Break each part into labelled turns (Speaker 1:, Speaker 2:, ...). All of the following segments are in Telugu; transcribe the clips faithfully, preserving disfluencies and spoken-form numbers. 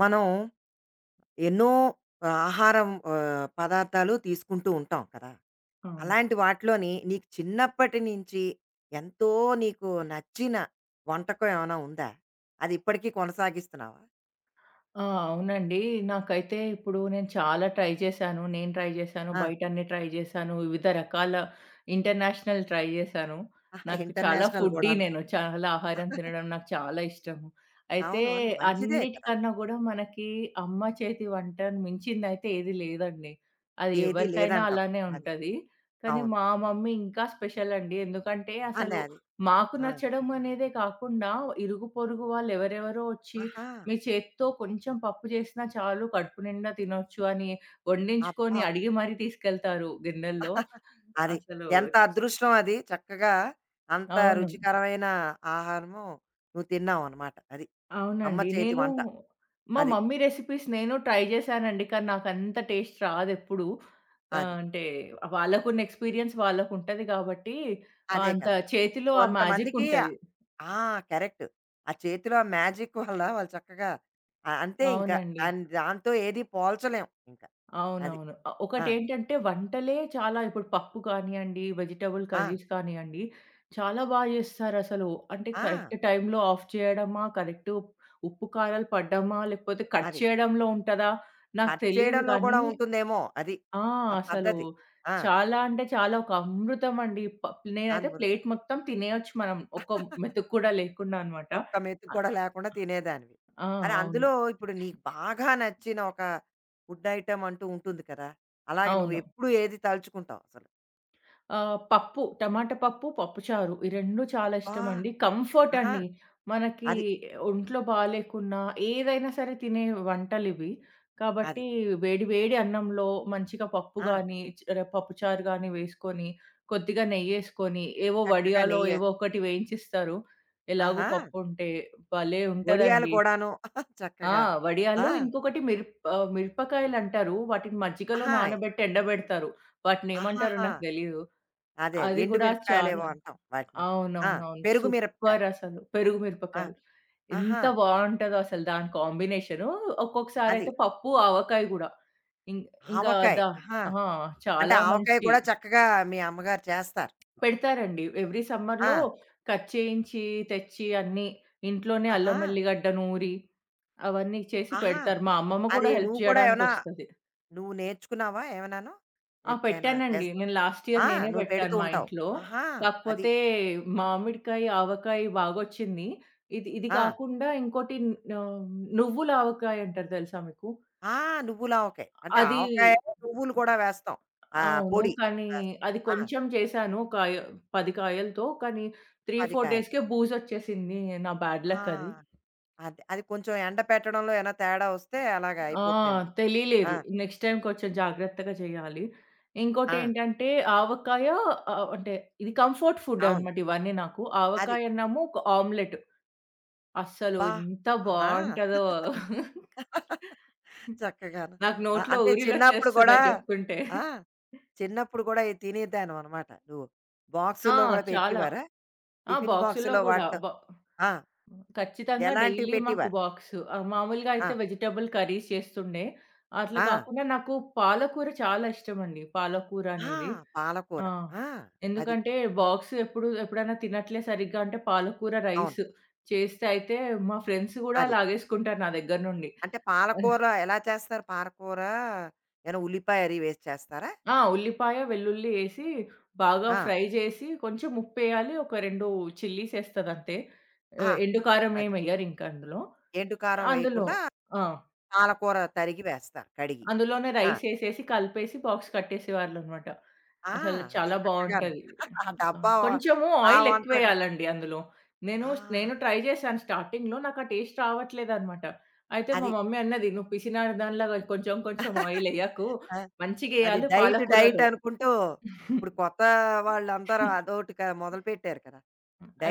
Speaker 1: మనం ఎన్నో ఆ, ఆహారం ఆహ్, పదార్థాలు తీసుకుంటూ ఉంటాం కదా!
Speaker 2: అవును.
Speaker 1: అలాంటి వాటిలోని నీకు చిన్నప్పటి నుంచి ఎంతో నీకు నచ్చిన వంటకం ఏమైనా ఉందా? అది ఇప్పటికీ కొనసాగిస్తున్నావా?
Speaker 2: ఆ! అవునండి. నాకైతే ఇప్పుడు నేను చాలా ట్రై చేశాను. నేను ట్రై చేశాను.
Speaker 1: ఆ!
Speaker 2: బయటన్ని ట్రై చేశాను. వివిధ రకాల ఇంటర్నేషనల్ ట్రై చేశాను.
Speaker 1: ఆహా!
Speaker 2: నాకు చాలా
Speaker 1: ఇంటర్నేషనల్
Speaker 2: ఫుడ్డీ
Speaker 1: గూడాను.
Speaker 2: నేను. చాలా ఆహారం తినడం నాకు చాలా ఇష్టము. అయితే
Speaker 1: అవును. అవును. మంచిదే కదా!
Speaker 2: అన్నిటికన్నా గూడా మనకి అమ్మ చేతి వంటను మించిందయితే ఏది లేదండి. అది
Speaker 1: ఏది
Speaker 2: ఎవరికైనా
Speaker 1: లేదంటావు.
Speaker 2: అలానే
Speaker 1: అది.
Speaker 2: ఉంటది. కానీ
Speaker 1: అవును.
Speaker 2: మా మమ్మీ ఇంకా స్పెషల్ అండి. ఎందుకంటే అసలు
Speaker 1: అదే. అది.
Speaker 2: మాకు
Speaker 1: ఆ!
Speaker 2: నచ్చడం అనేదే కాకుండా ఇరుగు పొరుగు వాళ్ళు ఎవరెవరో వచ్చి
Speaker 1: ఆహా!
Speaker 2: మీ చేత్తో కొంచెం పప్పు చేసినా చాలు కడుపు నిండా తినొచ్చు అని
Speaker 1: అబ్బా!
Speaker 2: వండించుకొని అడిగి మరీ తీసుకెళ్తారు గిన్నెల్లో.
Speaker 1: అది.
Speaker 2: అసలు
Speaker 1: ఎంత అదృష్టం అది. చక్కగా అంత
Speaker 2: అవును.
Speaker 1: రుచికరమైన ఆహారము నువ్వు తిన్నావనమాట. అది. అమ్మ
Speaker 2: అవునండి.
Speaker 1: చేతి
Speaker 2: నేను
Speaker 1: వంట.
Speaker 2: మా
Speaker 1: అది.
Speaker 2: మమ్మీ రెసిపీస్ నేను ట్రై చేశానండి. కానీ నాకంత టేస్ట్ రాదెప్పుడు.
Speaker 1: అది.
Speaker 2: ఆహ్, అంటే వాళ్ళకున్న ఎక్స్‌పీరియన్స్ వాళ్ళకుంటది కాబట్టి, ఆహ్,
Speaker 1: అదే
Speaker 2: అంత
Speaker 1: కదా!
Speaker 2: చేతిలో ఆ మ్యాజిక్
Speaker 1: కొంతమందికి
Speaker 2: ఉంటది.
Speaker 1: ఆ! కరెక్ట్. ఆ చేతిలో ఆ మ్యాజిక్ వల్ల వాళ్ళు చక్కగా ఆహ్, అంతే ఇంకా.
Speaker 2: అవునండి.
Speaker 1: దాన్ దాంతో ఏది పోల్చలేం ఇంకా. అది.
Speaker 2: అవునవును. ఆహ్,
Speaker 1: ఆ!
Speaker 2: ఒకటేంటంటే వంటలే చాలా ఇప్పుడు పప్పు కానియండి, వెజిటబుల్
Speaker 1: ఆ!
Speaker 2: కర్రీస్ కానియండి, చాలా బా జేస్తారసలు. అంటే
Speaker 1: ఆ!
Speaker 2: కరెక్ట్ టైంలో ఆఫ్ చేయడమా, కరెక్ట్ ఉప్పు, కారాలు పడ్డమా, లేకపోతే కట్
Speaker 1: అది.
Speaker 2: చేయడంలో ఉంటదా నాకు
Speaker 1: కట్
Speaker 2: తెలీదు
Speaker 1: చేయడంలో కూడా
Speaker 2: గానీ
Speaker 1: ఉంటుందేమో అది.
Speaker 2: ఆ!
Speaker 1: ఆ
Speaker 2: అసలు
Speaker 1: పద్ధతి. ఆ!
Speaker 2: చాలా అంటే చాలా ఒక అమృతం అండి. ప నేనైతే
Speaker 1: అమృతం.
Speaker 2: ప్లేట్ మొత్తం తినేయొచ్చు మనం. ఒక్క మెతుకు కూడా లేకుండా అన్నమాట.
Speaker 1: ఒక్క మెతుకు కూడా
Speaker 2: ఆహ్,
Speaker 1: లేకుండా తినేదానివి.
Speaker 2: ఆ!
Speaker 1: అరె అందులో
Speaker 2: అవును.
Speaker 1: ఇప్పుడు నీకు బాగా నచ్చిన ఒక ఫుడ్ ఐటెమ్ అంటూ ఉంటుంది కదా! అలాగే
Speaker 2: అవును.
Speaker 1: నువ్వెప్పుడు ఏది తలుచుకుంటావు అసలు?
Speaker 2: ఆహ్, పప్పు, టమాటా పప్పు, పప్పుచారు ఈ రెండూ చాలా
Speaker 1: అబ్బా!
Speaker 2: ఇష్టమండి. కంఫర్ట్
Speaker 1: ఆహా!
Speaker 2: అండి. మనకి
Speaker 1: అది.
Speaker 2: ఒంట్లో బాలేకున్నా ఏదైనా సరే తినే వంటలివి.
Speaker 1: అది.
Speaker 2: కాబట్టి వేడి వేడి అన్నంలో మంచిగా పప్పు
Speaker 1: ఆ!
Speaker 2: గాని, చ్ ర పప్పుచారు గాని వేసుకొని, కొద్దిగా నెయ్యేసుకొని, ఏవో
Speaker 1: చక్కగా
Speaker 2: వడియాలో
Speaker 1: నెయ్యి.
Speaker 2: ఏవో
Speaker 1: వేసి-
Speaker 2: ఒకటి వేయించిస్తారు. ఎలాగో
Speaker 1: ఆహా!
Speaker 2: పప్పుంటే భలే
Speaker 1: వడియాలు
Speaker 2: ఉంటదండి.
Speaker 1: కూడాను.
Speaker 2: ఆ!
Speaker 1: చక్కగాను. ఆ!
Speaker 2: వడియాలు ఇంకొకటి మిరప్ ఆహ్, మిరపకాయలంటారు. వాటిని మజ్జిగలో
Speaker 1: ఆహా!
Speaker 2: నానబెట్టి ఎండబెడతారు. వాటినేమంటారో
Speaker 1: ఆహాహా!
Speaker 2: నాకు తెలీదు.
Speaker 1: అదే. అదే.
Speaker 2: అది
Speaker 1: ఎండు
Speaker 2: గూడా
Speaker 1: మిరపకాయలేవో
Speaker 2: చాలా
Speaker 1: అంటాం వాటిని. ఆ!
Speaker 2: అవునవునవును.
Speaker 1: పెరుగు మిరపకాయలు.
Speaker 2: సూపరసలు. పెరుగు
Speaker 1: ఆ!
Speaker 2: మిరపకాయలు.
Speaker 1: ఆహా!
Speaker 2: ఎంత బావుంటదో అసలు దాని కాంబినేషను.
Speaker 1: అది.
Speaker 2: ఒక్కొక్కసారయితే పప్పు, ఆవకాయ గూడా. ఇం ఇంకా
Speaker 1: ఆవకాయ.
Speaker 2: అదా
Speaker 1: ఆహా!
Speaker 2: ఆ!
Speaker 1: అంటే
Speaker 2: చాలా
Speaker 1: ఆవకాయ
Speaker 2: మంచి
Speaker 1: కూడా చక్కగా మీ అమ్మగారు చేస్తారు.
Speaker 2: పెడతారండి. ఎవ్రీ
Speaker 1: ఆ!
Speaker 2: సమ్మర్‌లో కట్ చేయించి, తెచ్చి అన్నీ ఇంట్లోనే
Speaker 1: ఆహా!
Speaker 2: అల్లం ఎల్లిగడ్డ నూరి, అవన్నీ చేసి
Speaker 1: ఆహా!
Speaker 2: పెడతారు. మా అమ్మమ్మ
Speaker 1: అది
Speaker 2: కూడా హెల్ప్
Speaker 1: నువ్వు కూడా ఏమైనా
Speaker 2: చేయడానికొస్తది.
Speaker 1: నువ్వు నేర్చుకున్నావా ఏమన్నాను?
Speaker 2: ఆ!
Speaker 1: ఎప్పుడైనా
Speaker 2: పెట్టానండి.
Speaker 1: చేస్
Speaker 2: నేను లాస్ట్ ఇయర్
Speaker 1: ఆ!
Speaker 2: నేనే
Speaker 1: నువ్వు
Speaker 2: పెట్టాను
Speaker 1: పెడుతూ
Speaker 2: మా
Speaker 1: ఉంటావు.
Speaker 2: ఇంట్లో.
Speaker 1: ఆహా! అది.
Speaker 2: కాకపోతే మామిడికాయ, ఆవకాయ బాగొచ్చింది. ఇది ఇది
Speaker 1: ఆ!
Speaker 2: కాకుండా ఇంకోటి ఆహ్, నువ్వుల ఆవకాయ అంటారు తెలుసా మీకు?
Speaker 1: ఆ! నువ్వుల ఆవకాయ. అంటే
Speaker 2: అది
Speaker 1: ఆవకాయ, నువ్వులు కూడా వేస్తాం. ఆ
Speaker 2: అవును.
Speaker 1: పొడి.
Speaker 2: కానీ
Speaker 1: వేస్తాం.
Speaker 2: అది
Speaker 1: ఆ!
Speaker 2: కొంచెం చేశాను. ఒక య పది కాయలతో. కానీ మూడు,
Speaker 1: పది
Speaker 2: నాలుగు
Speaker 1: కాయలు.
Speaker 2: డేస్‌కే బూజొచ్చేసింది. నా బ్యాడ్
Speaker 1: ఆ!
Speaker 2: లక్ అది.
Speaker 1: అది. అది కొంచెం ఎండపెట్టడంలో ఏమైనా తేడా వస్తే అలాగ
Speaker 2: ఆ!
Speaker 1: అయిపోతుందేమో. ఆ!
Speaker 2: తెలియలేదు. నెక్స్ట్ టైమ్ కొంచెం జాగ్రత్తగా చేయాలి.
Speaker 1: ఆ!
Speaker 2: ఇంకోటేంటంటే ఆవకాయ ఆహ్, అంటే ఇది కంఫర్ట్ ఫుడ్
Speaker 1: అవును.
Speaker 2: అనమాట ఇవన్నీ నాకు.
Speaker 1: అది.
Speaker 2: ఆవకాయ అన్నము ఒక ఆమ్లెట్. అస్సలు
Speaker 1: అబ్బా!
Speaker 2: ఎంత
Speaker 1: ఆహా!
Speaker 2: బావుంటదో.
Speaker 1: చక్కగాను.
Speaker 2: నాకు
Speaker 1: ఆ!
Speaker 2: నోట్లో
Speaker 1: అంటే చిన్నప్పుడు గూడా
Speaker 2: ఊరిలొచ్చేస్తున్నాయి చెప్తుంటే.
Speaker 1: ఆ! చిన్నప్పుడు గూడా ఇది తినేదానివనమాట నువ్వు.
Speaker 2: ఆ!
Speaker 1: బాక్సుల్లో గూడా
Speaker 2: చాలా.
Speaker 1: పెట్టేవారా?
Speaker 2: ఆ!
Speaker 1: టిఫిన్
Speaker 2: బాక్సుల్లో
Speaker 1: బాక్సులో
Speaker 2: గూడా.
Speaker 1: వాటిలో
Speaker 2: బ
Speaker 1: ఆ!
Speaker 2: ఖచ్చితంగా
Speaker 1: ఎలాంటివి
Speaker 2: డైలీ మాకు
Speaker 1: పెట్టేవారు?
Speaker 2: బాక్సు. ఆహ్, మామూలుగా
Speaker 1: ఆ!
Speaker 2: అయితే వెజిటబుల్ కర్రీస్ చేస్తుండే. అట్లా
Speaker 1: ఆ!
Speaker 2: కాకుండా నాకు పాలకూర చాలా ఇష్టమండి. పాలకూర
Speaker 1: ఆ!
Speaker 2: అనేది.
Speaker 1: పాలకూర.
Speaker 2: ఆ!
Speaker 1: ఆ! అది.
Speaker 2: ఎందుకంటే బాక్స్ ఎప్పుడు ఎప్పుడైనా తినట్లే సరిగ్గా అంటే పాలకూర
Speaker 1: అవును.
Speaker 2: రైస్ చేస్తే అయితే మా ఫ్రెండ్స్ గూడా
Speaker 1: అది.
Speaker 2: లాగేసుకుంటారు నా దగ్గర నుండి.
Speaker 1: అంటే పాలకూర ఎలా చేస్తారు? పాలకూర ఏమైనా ఉల్లిపాయ అది వేసి చేస్తారా?
Speaker 2: ఆ! ఉల్లిపాయ, వెల్లుల్లి ఏసి బాగా
Speaker 1: ఆ!
Speaker 2: ఫ్రై చేసి కొంచెం ఉప్పేయాలి. ఒక రెండు చిల్లీస్ ఏస్తదంతే.
Speaker 1: ఆ!
Speaker 2: ఆహ్, ఎండు కారం
Speaker 1: అది.
Speaker 2: ఏమెయ్యరింక అందులో.
Speaker 1: ఎండు కారం
Speaker 2: అందులో
Speaker 1: వేయకుండా
Speaker 2: ఆ!
Speaker 1: పాలకూర తరిగి వేస్తారు కడిగి.
Speaker 2: అందులోనే
Speaker 1: ఆ!
Speaker 2: రైసేసేసి కలిపేసి బాక్స్ కట్టేసేవాళ్ళనమాట.
Speaker 1: ఆ!
Speaker 2: అసలు
Speaker 1: అది
Speaker 2: చాలా
Speaker 1: చక్కగాను.
Speaker 2: బావుంటది.
Speaker 1: ఆ
Speaker 2: ఆ!
Speaker 1: డబ్బా వ
Speaker 2: కొంచెము
Speaker 1: ఆ
Speaker 2: ఆయిల్
Speaker 1: వంట గు
Speaker 2: ఎక్కువేయాలండి అందులో. నేను
Speaker 1: ఆ!
Speaker 2: నేను ట్రై చేశాను స్టార్టింగ్‌లో నాకు ఆ టేస్ట్ రావట్లేదనమాట. అయితే మా
Speaker 1: అది.
Speaker 2: మమ్మీ అన్నది, "నువ్వు పిసినారి దానిలాగా కొంచెం కొంచెం ఆయిలెయ్యకు.
Speaker 1: ఆ! అది
Speaker 2: మంచిగెయ్యాలి
Speaker 1: డైట్ డైట్
Speaker 2: పాలకూరలో."
Speaker 1: అనుకుంటూ ఇప్పుడు కొత్త వాళ్ళందరూ అదోటి క మొదలుపెట్టారు కదా!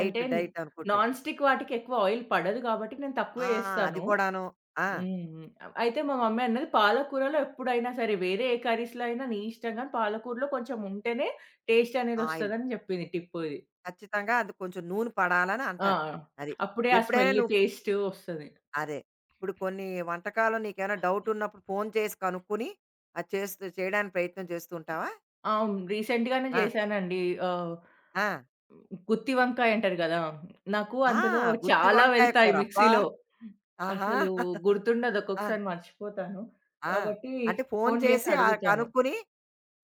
Speaker 2: అంటే
Speaker 1: డైట్ అనుకుంటూను.
Speaker 2: నాన్ స్టిక్ వాటికి ఎక్కువ ఆయిల్ పడదు కాబట్టి నేను
Speaker 1: ఆ!
Speaker 2: తక్కువే
Speaker 1: అది
Speaker 2: ఏస్తాను.
Speaker 1: కూడాను. ఆ!
Speaker 2: హ్మ్. అయితే మా మమ్మీ అన్నది పాలకూరలో ఎప్పుడైనా సరే వేరే ఏ కర్రీస్‌లో అయినా నీ ఇష్టం గాని పాలకూరలో కొంచెం ఉంటేనే టేస్ట్ అనేది
Speaker 1: ఆయిల్
Speaker 2: వస్తదని జెప్పింది టిప్పు ఇది.
Speaker 1: ఖచ్చితంగా అది కొంచెం నూనె పడాలని
Speaker 2: ఆ!
Speaker 1: అంటారు. అది.
Speaker 2: అప్పుడే ఆ
Speaker 1: ఎప్పుడైనా
Speaker 2: స్మెల్
Speaker 1: నువ్వు ఫ్
Speaker 2: టేస్ట్ వస్తది.
Speaker 1: అదే. ఇప్పుడు కొన్ని వంటకాలు నీకేమైనా డౌట్ ఉన్నప్పుడు ఫోను చేసి కనుక్కొని, అది చేస్తూ చేయడానికి ప్రయత్నం చేస్తూ ఉంటావా?
Speaker 2: అవును. రీసెంట్‌గానే
Speaker 1: ఆ!
Speaker 2: జేశానండి. ఆహ్,
Speaker 1: ఆ!
Speaker 2: గుత్తి వంకాయ అంటారు గదా! నాకు
Speaker 1: ఆ!
Speaker 2: అందులో
Speaker 1: గుత్తి
Speaker 2: చాలా
Speaker 1: వంకాయ
Speaker 2: వెళ్తాయి
Speaker 1: కూర. అబ్బా!
Speaker 2: మిక్సీలో.
Speaker 1: ఆహా!
Speaker 2: అసలు గుర్తుండదు
Speaker 1: ఆ!
Speaker 2: ఒక్కొక్కసారి మర్చిపోతాను.
Speaker 1: ఆ!
Speaker 2: కాబట్టి
Speaker 1: అంటే ఫోను
Speaker 2: ఫోను జేసి
Speaker 1: చేసి ఆహ్,
Speaker 2: అడుగుతాను.
Speaker 1: కనుక్కొని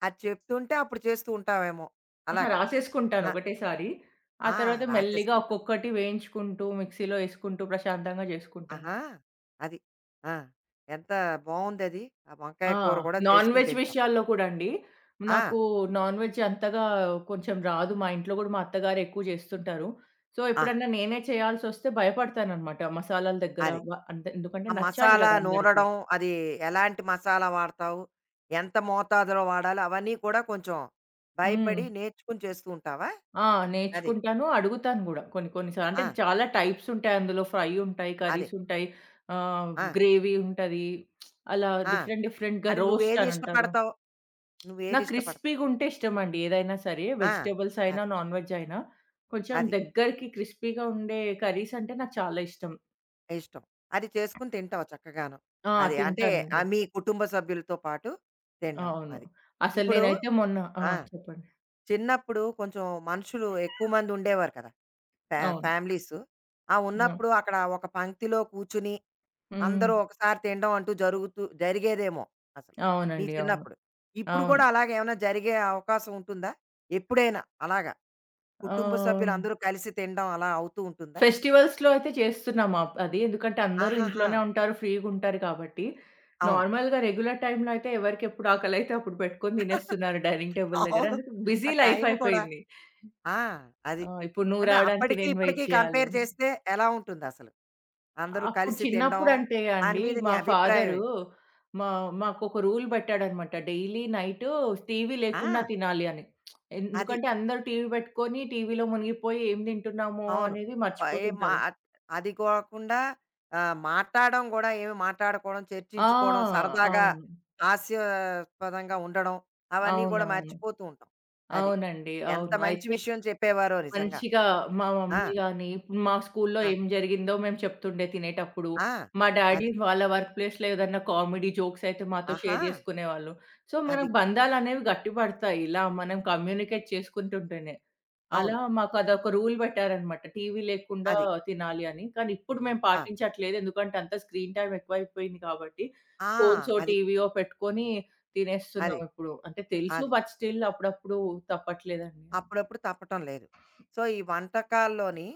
Speaker 1: అది చెప్తుంటే అప్పుడు చేస్తూ ఉంటావేమో!
Speaker 2: అహా!
Speaker 1: అలాగా.
Speaker 2: రాసేసుకుంటాను
Speaker 1: ఆ!
Speaker 2: ఒకటేసారి. ఆ
Speaker 1: ఆ!
Speaker 2: తర్వాత మెల్లిగా
Speaker 1: రాసేసుకుంటాం.
Speaker 2: ఒక్కొక్కటి వేయించుకుంటూ, మిక్సీలో యేసుకుంటూ ప్రశాంతంగా జేసుకుంటాను.
Speaker 1: ఆహా! అది. ఆ! ఎంత బావుందది. ఆ వంకాయ
Speaker 2: ఆ!
Speaker 1: కూర కూడా
Speaker 2: నాన్
Speaker 1: చేసుకొని
Speaker 2: వెజ్
Speaker 1: తింటాం.
Speaker 2: విషయాల్లో కూడా అండి.
Speaker 1: ఆ!
Speaker 2: నాకు నాన్ వెజ్ అంతగా కొంచెం రాదు. మా ఇంట్లో గూడా మా అత్తగారు ఎక్కువ జేస్తుంటారు. సో,
Speaker 1: ఆహా!
Speaker 2: ఎప్పుడన్నా నేనే చేయాల్సొస్తే భయపడతాననమాట మసాలాల దగ్గర.
Speaker 1: అది.
Speaker 2: వ అంటే ఎందుకంటే
Speaker 1: ఆ
Speaker 2: నచ్చాలి
Speaker 1: మసాలా
Speaker 2: గదా అందరికి.
Speaker 1: నూరడం, అది ఎలాంటి మసాలా వాడతావు? ఎంత మోతాదులో వాడాలి? అవన్నీ కూడా కొంచెం
Speaker 2: హ్మ్.
Speaker 1: భయపడి నేర్చుకుని చేస్తూ ఉంటావా?
Speaker 2: ఆ!
Speaker 1: అది.
Speaker 2: నేర్చుకుంటాను. అడుగుతాను గూడా కొన్ని కొన్ని సార్లు. అంటే
Speaker 1: ఆ!
Speaker 2: చాలా టైప్స్ ఉంటాయి అందులో. ఫ్రై ఉంటాయి,
Speaker 1: అదే.
Speaker 2: కర్రీస్ ఉంటాయి, ఆహ్,
Speaker 1: ఆ!
Speaker 2: గ్రేవీ ఉంటది. అలా
Speaker 1: ఆ!
Speaker 2: డిఫరెంట్ డిఫరెంట్‌గా
Speaker 1: అంటే
Speaker 2: రోస్ట్
Speaker 1: నువ్వేది
Speaker 2: అని అంటారు.
Speaker 1: ఇష్టపడతావు? నువ్వేది
Speaker 2: నాకు
Speaker 1: ఇష్టపడతావు?
Speaker 2: క్రిస్పీ‌గా ఉంటే ఇష్టమండి ఏదైనా సరే.
Speaker 1: ఆ!
Speaker 2: వెజిటబుల్స్ అయినా,
Speaker 1: అది.
Speaker 2: నాన్ వెజ్ అయినా. కొంచెం
Speaker 1: అది.
Speaker 2: దగ్గరికి క్రిస్పీ‌గా ఉండే కర్రీస్ అంటే నాకు చాలా ఇష్టం.
Speaker 1: ఇష్టం. అది చేసుకొని తింటావు చక్కగాను.
Speaker 2: ఆ!
Speaker 1: అది. అంటే
Speaker 2: తింటానండి.
Speaker 1: ఆహ్, మీ కుటుంబ సభ్యులతో పాటు తినడం
Speaker 2: అవును.
Speaker 1: అది.
Speaker 2: అసలు
Speaker 1: ఇప్పుడు
Speaker 2: నేనైతే మొన్న ఆ!
Speaker 1: ఆ!
Speaker 2: చెప్పండి.
Speaker 1: చిన్నప్పుడు కొంచెం మనుషులు ఎక్కువ మంది ఉండేవారు కదా! ఫ్యా
Speaker 2: అవును.
Speaker 1: ఫ్యామిలీస్. ఆ!
Speaker 2: ఆ!
Speaker 1: ఉన్నప్పుడు అక్కడ ఒక పంక్తిలో కూర్చుని,
Speaker 2: హ్మ్.
Speaker 1: అందరూ ఒకసారి తినడం అంటూ జరుగుతూ జరిగేదేమో అసలు నీ
Speaker 2: అవునండి. అవును.
Speaker 1: చిన్నప్పుడు. ఇప్పుడు
Speaker 2: అవును.
Speaker 1: కూడా అలాగే ఏమైనా జరిగే అవకాశం ఉంటుందా? ఎప్పుడైనా అలాగా కుటుంబ
Speaker 2: ఆహ్
Speaker 1: సభ్యులందరూ కలిసి తినడం అలా అవుతూ ఉంటుందా?
Speaker 2: ఫెస్టివల్స్‌లో అయితే చేస్తున్నాం అప్ అది. ఎందుకంటే అందరూ
Speaker 1: ఆహాహా!
Speaker 2: ఇంట్లోనే ఉంటారు. ఫ్రీగుంటారు కాబట్టి.
Speaker 1: అవును.
Speaker 2: నార్మల్‌గా రెగ్యులర్ టైమ్‌లో అయితే ఎవరికెప్పుడు ఆకలైతే అప్పుడు పెట్టుకొని తినేస్తున్నారు డైనింగ్ టేబుల్ దగ్గర.
Speaker 1: అవును.
Speaker 2: అందుకే
Speaker 1: ఆ
Speaker 2: బిజీ లైఫ్
Speaker 1: టైం కూడా
Speaker 2: అయిపోయింది.
Speaker 1: ఆ! అది.
Speaker 2: ఆ! ఇప్పుడు నువ్వు
Speaker 1: అంటే
Speaker 2: రావడానికి
Speaker 1: అప్పటికి,
Speaker 2: నేను వెయిట్
Speaker 1: ఇప్పటికి
Speaker 2: చేయాలి
Speaker 1: కంపేర్
Speaker 2: అని.
Speaker 1: చేస్తే ఎలా ఉంటుందసలు? అందరూ
Speaker 2: అప్పుడు
Speaker 1: కలిసి తినడం,
Speaker 2: చిన్నప్పుడంటే
Speaker 1: దాని
Speaker 2: అండి
Speaker 1: మీద
Speaker 2: మా
Speaker 1: నీ అభిప్రాయం
Speaker 2: ఫాదరు
Speaker 1: ఏంటి?
Speaker 2: మా మాకొక రూల్ పెట్టాడనమాట. డైలీ నైటు టీవీ
Speaker 1: ఆ!
Speaker 2: లేకుండా తినాలి అని.
Speaker 1: అది.
Speaker 2: ఎందుకంటే అందరూ టీవీ పెట్టుకొని టీవీలో మునిగిపోయి ఏం తింటున్నామో
Speaker 1: అవును.
Speaker 2: అనేది
Speaker 1: ఆహ్, ఏ మా
Speaker 2: మర్చిపోతుంటారు.
Speaker 1: అది కాకుండా ఆహ్, మాట్లాడడం గూడా ఏమి మాట్లాడుకోవడం,
Speaker 2: ఆ!
Speaker 1: చర్చించుకోవడం, సరదాగా
Speaker 2: అవును.
Speaker 1: హాస్యాస్పదంగా ఉండడం, అవన్నీ గూడా
Speaker 2: అవునవును.
Speaker 1: మర్చిపోతూ ఉంటాం. అది.
Speaker 2: అవునండి.
Speaker 1: ఎంత
Speaker 2: అవును.
Speaker 1: మంచి
Speaker 2: అయితే
Speaker 1: విషయం చెప్పేవారో నిజంగా.
Speaker 2: మంచిగా మా
Speaker 1: ఆ!
Speaker 2: మమ్మీ గాని, మా స్కూల్‌లో
Speaker 1: ఆ!
Speaker 2: ఏం జరిగిందో మేము చెప్తుండే తినేటప్పుడు.
Speaker 1: ఆ!
Speaker 2: మా డ్యాడీ
Speaker 1: అది.
Speaker 2: వాళ్ళ వర్క్ ప్లేస్‌లో ఏదన్నా కామెడీ జోక్స్ అయితే మాతో
Speaker 1: ఆహా!
Speaker 2: షేర్ చేసుకునేవాళ్ళు. సో, మన
Speaker 1: అది.
Speaker 2: బంధాలనేవి గట్టిపడతాయి. ఇలా మనం కమ్యూనికేట్ చేసుకుంటుంటేనే.
Speaker 1: అవును.
Speaker 2: అలా మాకు అదొక రూల్ పెట్టారనమాట. టీవీ లేకుండా
Speaker 1: అది.
Speaker 2: తినాలి అని. కానీ ఇప్పుడు మేము
Speaker 1: ఆ!
Speaker 2: పాటించట్లేదు. ఎందుకంటే అంత స్క్రీన్ టైమ్ ఎక్కువైపోయింది కాబట్టి.
Speaker 1: ఆ!
Speaker 2: ఫోన్సో,
Speaker 1: అది.
Speaker 2: టీవీయో పెట్టుకొని
Speaker 1: అది.
Speaker 2: తినేస్తున్నాం ఇప్పుడు. అంటే తెలుసు
Speaker 1: అది.
Speaker 2: బట్ స్టిల్ అప్పుడప్పుడు తప్పట్లేదండి అది.
Speaker 1: అప్పుడప్పుడు తప్పటం లేదు. సో, ఈ వంటకాల్లోని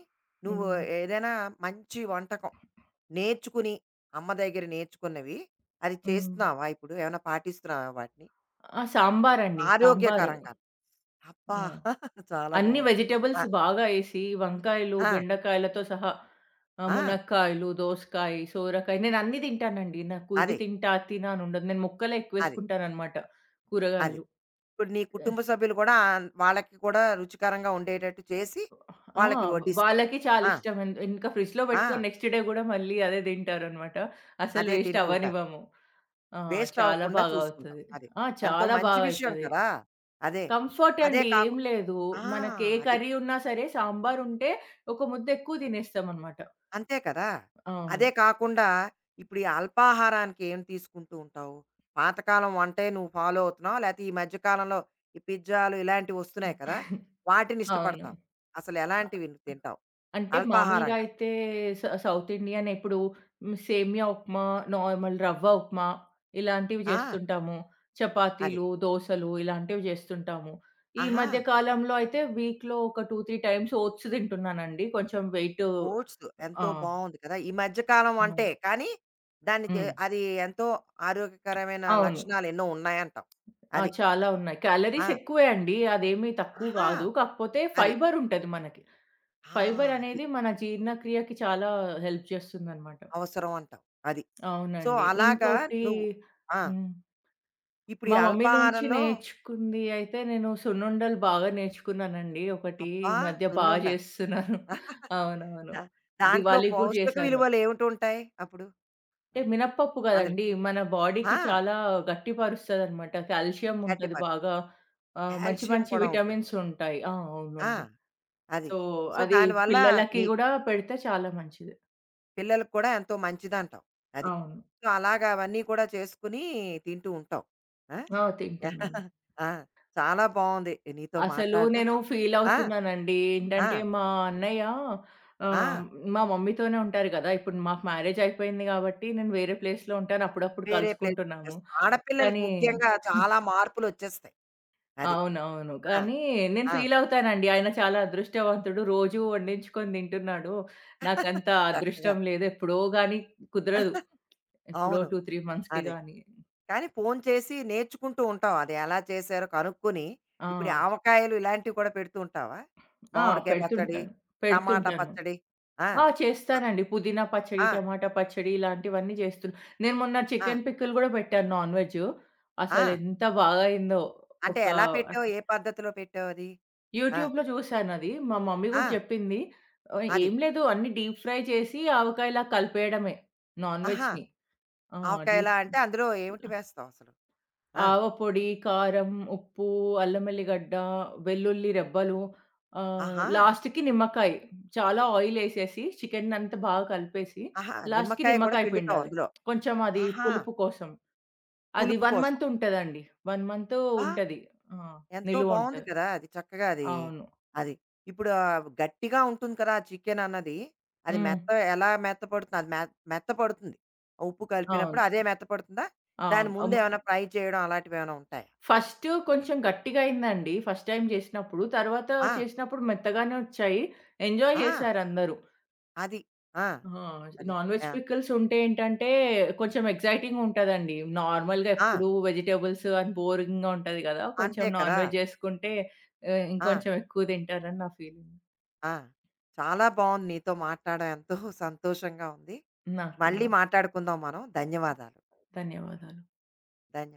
Speaker 1: నువ్వు
Speaker 2: హ్మ్.
Speaker 1: ఏదైనా మంచి వంటకం నేర్చుకుని, అమ్మ దగ్గర నేర్చుకున్నవి అది
Speaker 2: హ్మ్.
Speaker 1: చేస్తున్నావా ఇప్పుడు? ఏమైనా పాటిస్తున్నావా వాటిని?
Speaker 2: ఆ! సాంబారండి. సాంబారు.
Speaker 1: ఆరోగ్యకరంగా. అబ్బా!
Speaker 2: ఆ!
Speaker 1: చాలా
Speaker 2: అన్ని
Speaker 1: బావుంది.
Speaker 2: వెజిటబుల్స్
Speaker 1: ఆ!
Speaker 2: బాగా ఏసి, వంకాయలు,
Speaker 1: ఆ!
Speaker 2: బెండకాయలతో సహా ఆహ్,
Speaker 1: ఆ!
Speaker 2: మునక్కాయలు, దోసకాయ, సోరకాయ నేనన్నీ తింటానండి. నాకు ఇది
Speaker 1: అదే.
Speaker 2: తింటా, అది తినా అనుండదు. నేను ముక్కలే
Speaker 1: అది.
Speaker 2: ఎక్కువేసుకుంటాననమాట
Speaker 1: అది.
Speaker 2: కూరగాయలు.
Speaker 1: ఇప్పుడు నీ కుటుంబ సభ్యులు కూడా ఆన్ వాళ్ళకి కూడా రుచికరంగా ఉండేటట్టు చేసి,
Speaker 2: ఆ!
Speaker 1: వాళ్ళకి వడ్డిస్తావు.
Speaker 2: వాళ్ళకి చాలా
Speaker 1: ఆ!
Speaker 2: ఇష్టం. ఇం ఇంకా ఫ్రిడ్జ్‌లో
Speaker 1: ఆ!
Speaker 2: పెట్టుకొని నెక్స్ట్ డే గూడా మళ్ళీ అదే తింటారనమాట. అసలు
Speaker 1: అదే
Speaker 2: వేస్ట్
Speaker 1: తింటూ ఉంటారు.
Speaker 2: అవ్వనివ్వము. ఆ!
Speaker 1: వేస్ట్
Speaker 2: చాలా
Speaker 1: అవ్వకుండా
Speaker 2: బాగా
Speaker 1: చూసుకుంటావు.
Speaker 2: అవుతది.
Speaker 1: అది.
Speaker 2: ఆ!
Speaker 1: ఎంతో
Speaker 2: చాలా
Speaker 1: మంచి
Speaker 2: బాగా
Speaker 1: విషయం
Speaker 2: అయితది.
Speaker 1: కదా! అదే.
Speaker 2: కంఫర్ట్
Speaker 1: అదే
Speaker 2: అండి.
Speaker 1: కాకు
Speaker 2: ఏం లేదు.
Speaker 1: ఆ!
Speaker 2: మనకి ఏ
Speaker 1: అది.
Speaker 2: కర్రీ ఉన్నా సరే సాంబారుంటే ఒక ముద్ద ఎక్కువ తినేస్తామనమాట.
Speaker 1: అంతే కదా!
Speaker 2: అవును.
Speaker 1: అదే కాకుండా ఇప్పుడు ఈ అల్పాహారానికి ఏం తీసుకుంటూ ఉంటావు? పాతకాలం వంటే నువ్వు ఫాలో అవుతున్నావా? లేతే ఈ మధ్య కాలంలో ఈ పిజ్జాలు ఇలాంటివి వస్తున్నాయి కదా! వాటిని
Speaker 2: అవును.
Speaker 1: ఇష్టపడతావు. అసలు ఎలాంటివి నువ్వు తింటావు
Speaker 2: అంటే మామూలుగా
Speaker 1: అల్పాహారంగా?
Speaker 2: అయితే స సౌత్ ఇండియన్ ఇప్పుడు హ్మ్, సేమియా ఉప్మా, నార్మల్ రవ్వ ఉప్మా ఇలాంటివి
Speaker 1: ఆ!
Speaker 2: చేస్తుంటాము.
Speaker 1: అది.
Speaker 2: చపాతీలు, దోసలు ఇలాంటివి జేస్తుంటాము. ఈ
Speaker 1: ఆహా!
Speaker 2: మధ్య కాలంలో అయితే వీక్‌లో ఒక రెండు, మూడు టైమ్స్ ఓట్స్ తింటున్నానండి. కొంచెం వెయిట్
Speaker 1: ఓట్స్
Speaker 2: ఆ!
Speaker 1: ఎంతో బావుంది కదా! ఈ మధ్య కాలం వంటే
Speaker 2: అవును.
Speaker 1: కానీ దానికి
Speaker 2: హ్మ్.
Speaker 1: అది ఎంతో ఆరోగ్యకరమైన
Speaker 2: అవును.
Speaker 1: లక్షణాలు ఎన్నో ఉన్నాయంటావు.
Speaker 2: ఆ!
Speaker 1: అది.
Speaker 2: చాలా ఉన్నాయి.
Speaker 1: ఆ!
Speaker 2: క్యాలరీస్ ఎక్కువే అండి. అదేమీ తక్కువ
Speaker 1: ఆహా!
Speaker 2: గాదు. కాకపోతే
Speaker 1: అది.
Speaker 2: ఫైబర్ ఉంటది మనకి.
Speaker 1: ఆ!
Speaker 2: ఫైబర్
Speaker 1: అది.
Speaker 2: అనేది మన జీర్ణక్రియకి చాలా హెల్ప్ చేస్తుందన్నమాట.
Speaker 1: అవసరం అంటావు. అది. సో,
Speaker 2: అవునండి.
Speaker 1: అలాగా
Speaker 2: ఇంకోటి
Speaker 1: నువ్వు ఆ!
Speaker 2: హ్మ్.
Speaker 1: ఇప్పుడు ఈ
Speaker 2: మా మమ్మీ నుంచి
Speaker 1: అల్పాహారంలో
Speaker 2: నేర్చుకుంది అయితే నేను సున్నుండలు బాగా నేర్చుకున్నానండి. ఒకటి
Speaker 1: అబ్బా!
Speaker 2: ఈ మధ్య బా
Speaker 1: సున్నుండ.
Speaker 2: జేస్తున్నాను. అవునవును.
Speaker 1: దా దాంట్లో
Speaker 2: దివాళీకి గూడా
Speaker 1: పౌష్టిక
Speaker 2: జేశాను.
Speaker 1: విలువలు ఏమిటుంటాయి అప్పుడు?
Speaker 2: అంటే
Speaker 1: అన్
Speaker 2: మినపప్పు
Speaker 1: అందులో
Speaker 2: గదండీ! మన బాడీకి
Speaker 1: ఆ!
Speaker 2: చాలా గట్టిపరుస్తదనమాట. కాల్షియం ఉంటది
Speaker 1: గట్టిపరచ
Speaker 2: బాగా. ఆహ్, మంచి
Speaker 1: కాల్షియం
Speaker 2: మంచి
Speaker 1: కూడా ఉంటుంది.
Speaker 2: విటమిన్స్ ఉంటాయి. ఆ!
Speaker 1: ఆ!
Speaker 2: అవునండి.
Speaker 1: అది.
Speaker 2: సో,
Speaker 1: సో,
Speaker 2: అది
Speaker 1: దానివల్ల
Speaker 2: పిల్లలకి
Speaker 1: నీ
Speaker 2: గూడా పెడితే చాలా మంచిది.
Speaker 1: పిల్లలకి కూడా ఎంతో మంచిదంటావు. అది.
Speaker 2: అవును.
Speaker 1: సో, అలాగా అవన్నీ కూడా చేసుకుని తింటూ ఉంటావు. ఆ!
Speaker 2: ఆ! తింటానండి.
Speaker 1: ఆ! చాలా బావుంది నీతో
Speaker 2: అసలు
Speaker 1: మాట్లాడడం.
Speaker 2: నేను
Speaker 1: ఆ!
Speaker 2: ఫీలవుతున్నానండి. ఏంటంటే,
Speaker 1: ఆ!
Speaker 2: మా అన్నయ్య
Speaker 1: ఆ!
Speaker 2: ఆహ్, మా మమ్మీతోనే ఉంటారు కదా! ఇప్పుడు మాకు మ్యారేజ్ అయిపోయింది కాబట్టి, నేను వేరే ప్లేస్‌లో ఉంటాను. అప్పుడప్పుడు
Speaker 1: వేరే
Speaker 2: కలుసుకుంటున్నాము.
Speaker 1: ప్లేస్‌కొచ్చేస్తాం. ఆడపిల్లలకి
Speaker 2: కానీ
Speaker 1: ముఖ్యంగా చాలా మార్పులొచ్చేస్తాయి. అది.
Speaker 2: అవునవును.
Speaker 1: ఆ!
Speaker 2: కానీ నేను
Speaker 1: ఆ!
Speaker 2: ఫీలవుతానండి. ఆయన చాలా అదృష్టవంతుడు. రోజూ వండించుకొని తింటున్నాడు. నాకంత
Speaker 1: చక్కగా.
Speaker 2: అదృష్టం లేదు. ఎప్పుడో గాని కుదరదు. ఎప్పుడో
Speaker 1: అవును.
Speaker 2: రెండు, మూడు మంత్స్‌కి
Speaker 1: అదే.
Speaker 2: గాని.
Speaker 1: కానీ ఫోను చేసి నేర్చుకుంటూ ఉంటాం. అది ఎలా చేశారో కనుక్కొని, ఇప్పుడు ఈ
Speaker 2: ఆ!
Speaker 1: ఆవకాయలు ఇలాంటివి కూడా పెడుతూ ఉంటావా?
Speaker 2: ఆ!
Speaker 1: మామిడికాయ పచ్చడి,
Speaker 2: పెడుతుంటాను.
Speaker 1: టమాటా
Speaker 2: పెడుతుంటాను.
Speaker 1: పచ్చడి. ఆ!
Speaker 2: ఆ! చేస్తానండి. పుదీనా పచ్చడి,
Speaker 1: ఆ!
Speaker 2: టమాటా పచ్చడి ఇలాంటివన్నీ చేస్తున్నా. నేను మొన్న
Speaker 1: ఆ!
Speaker 2: చికెన్ పికిల్ గూడా పెట్టాను నాన్ వెజ్.
Speaker 1: ఆ!
Speaker 2: అసలెంత బాగా అయిందో!
Speaker 1: అంటే
Speaker 2: ఒక
Speaker 1: ఎలా పెట్టావు? ఏ పద్ధతిలో పెట్టావది? ఆ!
Speaker 2: యూట్యూబ్‌లో చూసానది. మా మమ్మీ
Speaker 1: ఆ!
Speaker 2: గూడా చెప్పింది. ఆహ్,
Speaker 1: అది.
Speaker 2: ఏం లేదు అన్నీ డీప్ ఫ్రై చేసి ఆవకాయలా కలిపేయడమే నాన్
Speaker 1: ఆహా!
Speaker 2: వెజ్‌ని. ఆ!
Speaker 1: ఆవకాయలా
Speaker 2: డీప్
Speaker 1: అంటే అందులో ఏమిటి వేస్తావసలు? ఆ!
Speaker 2: ఆవపొడి, కారం, ఉప్పు, అల్లం ఎల్లిగడ్డ, వెల్లుల్లి రెబ్బలు, ఆహ్,
Speaker 1: ఆహా!
Speaker 2: లాస్ట్‌కి నిమ్మకాయ. చాలా ఆయిలేసేసి చికెన్ అంతా బాగా కలిపేసి
Speaker 1: ఆహా!
Speaker 2: లాస్ట్‌కి
Speaker 1: నిమ్మకాయ కూడా
Speaker 2: నిమ్మకాయ
Speaker 1: పిండుతావు
Speaker 2: పిండాలి.
Speaker 1: అందులో.
Speaker 2: కొంచెం అది
Speaker 1: ఆహా!
Speaker 2: పులుపు కోసం. అది
Speaker 1: పులుపు
Speaker 2: ఒక
Speaker 1: కోసం.
Speaker 2: మంత్ ఉంటదండి. ఒక మంత్
Speaker 1: ఆ!
Speaker 2: ఉంటది. ఆ!
Speaker 1: ఎంతో
Speaker 2: నిలువ
Speaker 1: బావుంది
Speaker 2: ఉంటది.
Speaker 1: కదా! అది చక్కగా అది.
Speaker 2: అవును.
Speaker 1: అది. ఇప్పుడు ఆహ్, గట్టిగా ఉంటుంది కదా! ఆ చికెన్ అన్నది. అది
Speaker 2: హ్మ్.
Speaker 1: మెత్త ఎలా మెత్తపడుతుంది? అది మె మెత్తపడుతుంది. ఆ ఉప్పు కలిపినప్పుడు
Speaker 2: అవును.
Speaker 1: అదే మెత్తపడుతుందా? దాని
Speaker 2: అవును.
Speaker 1: ముందు
Speaker 2: అమ్
Speaker 1: ఏమైనా ఫ్రై చేయడం అలాంటివేమైనా ఉంటాయా?
Speaker 2: ఫస్ట్ కొంచెం గట్టిగా అయిందండి. ఫస్ట్ టైమ్ చేసినప్పుడు. తర్వాత
Speaker 1: ఆ!
Speaker 2: చేసినప్పుడు మెత్తగానే వచ్చాయి. ఎంజాయ్
Speaker 1: ఆ!
Speaker 2: చేసారందరూ.
Speaker 1: అది. ఆ!
Speaker 2: ఆ!
Speaker 1: అది.
Speaker 2: నాన్ వెజ్
Speaker 1: ఆ!
Speaker 2: పికిల్స్ ఉంటే ఏంటంటే, కొంచెం ఎక్సైటింగ్‌గా ఉంటదండి. నార్మల్‌గా
Speaker 1: ఆ!
Speaker 2: ఎప్పుడూ వెజిటబుల్స్ అని బోరింగ్‌గా ఉంటది గదా! కొంచెం
Speaker 1: అంతే
Speaker 2: నాన్
Speaker 1: కదా!
Speaker 2: వెజ్ చేసుకుంటే ఆహ్,
Speaker 1: ఆ!
Speaker 2: ఇంకొంచెం ఎక్కువ తింటారని నా ఫీలింగ్.
Speaker 1: ఆ! చాలా బావుంది నీతో మాట్లాడడం. ఎంతో సంతోషంగా ఉంది.
Speaker 2: నాకు కూడా.
Speaker 1: మళ్ళీ మాట్లాడుకుందాం మనం. ధన్యవాదాలు.
Speaker 2: ధన్యవాదాలు.
Speaker 1: ధన్యవాదాలు.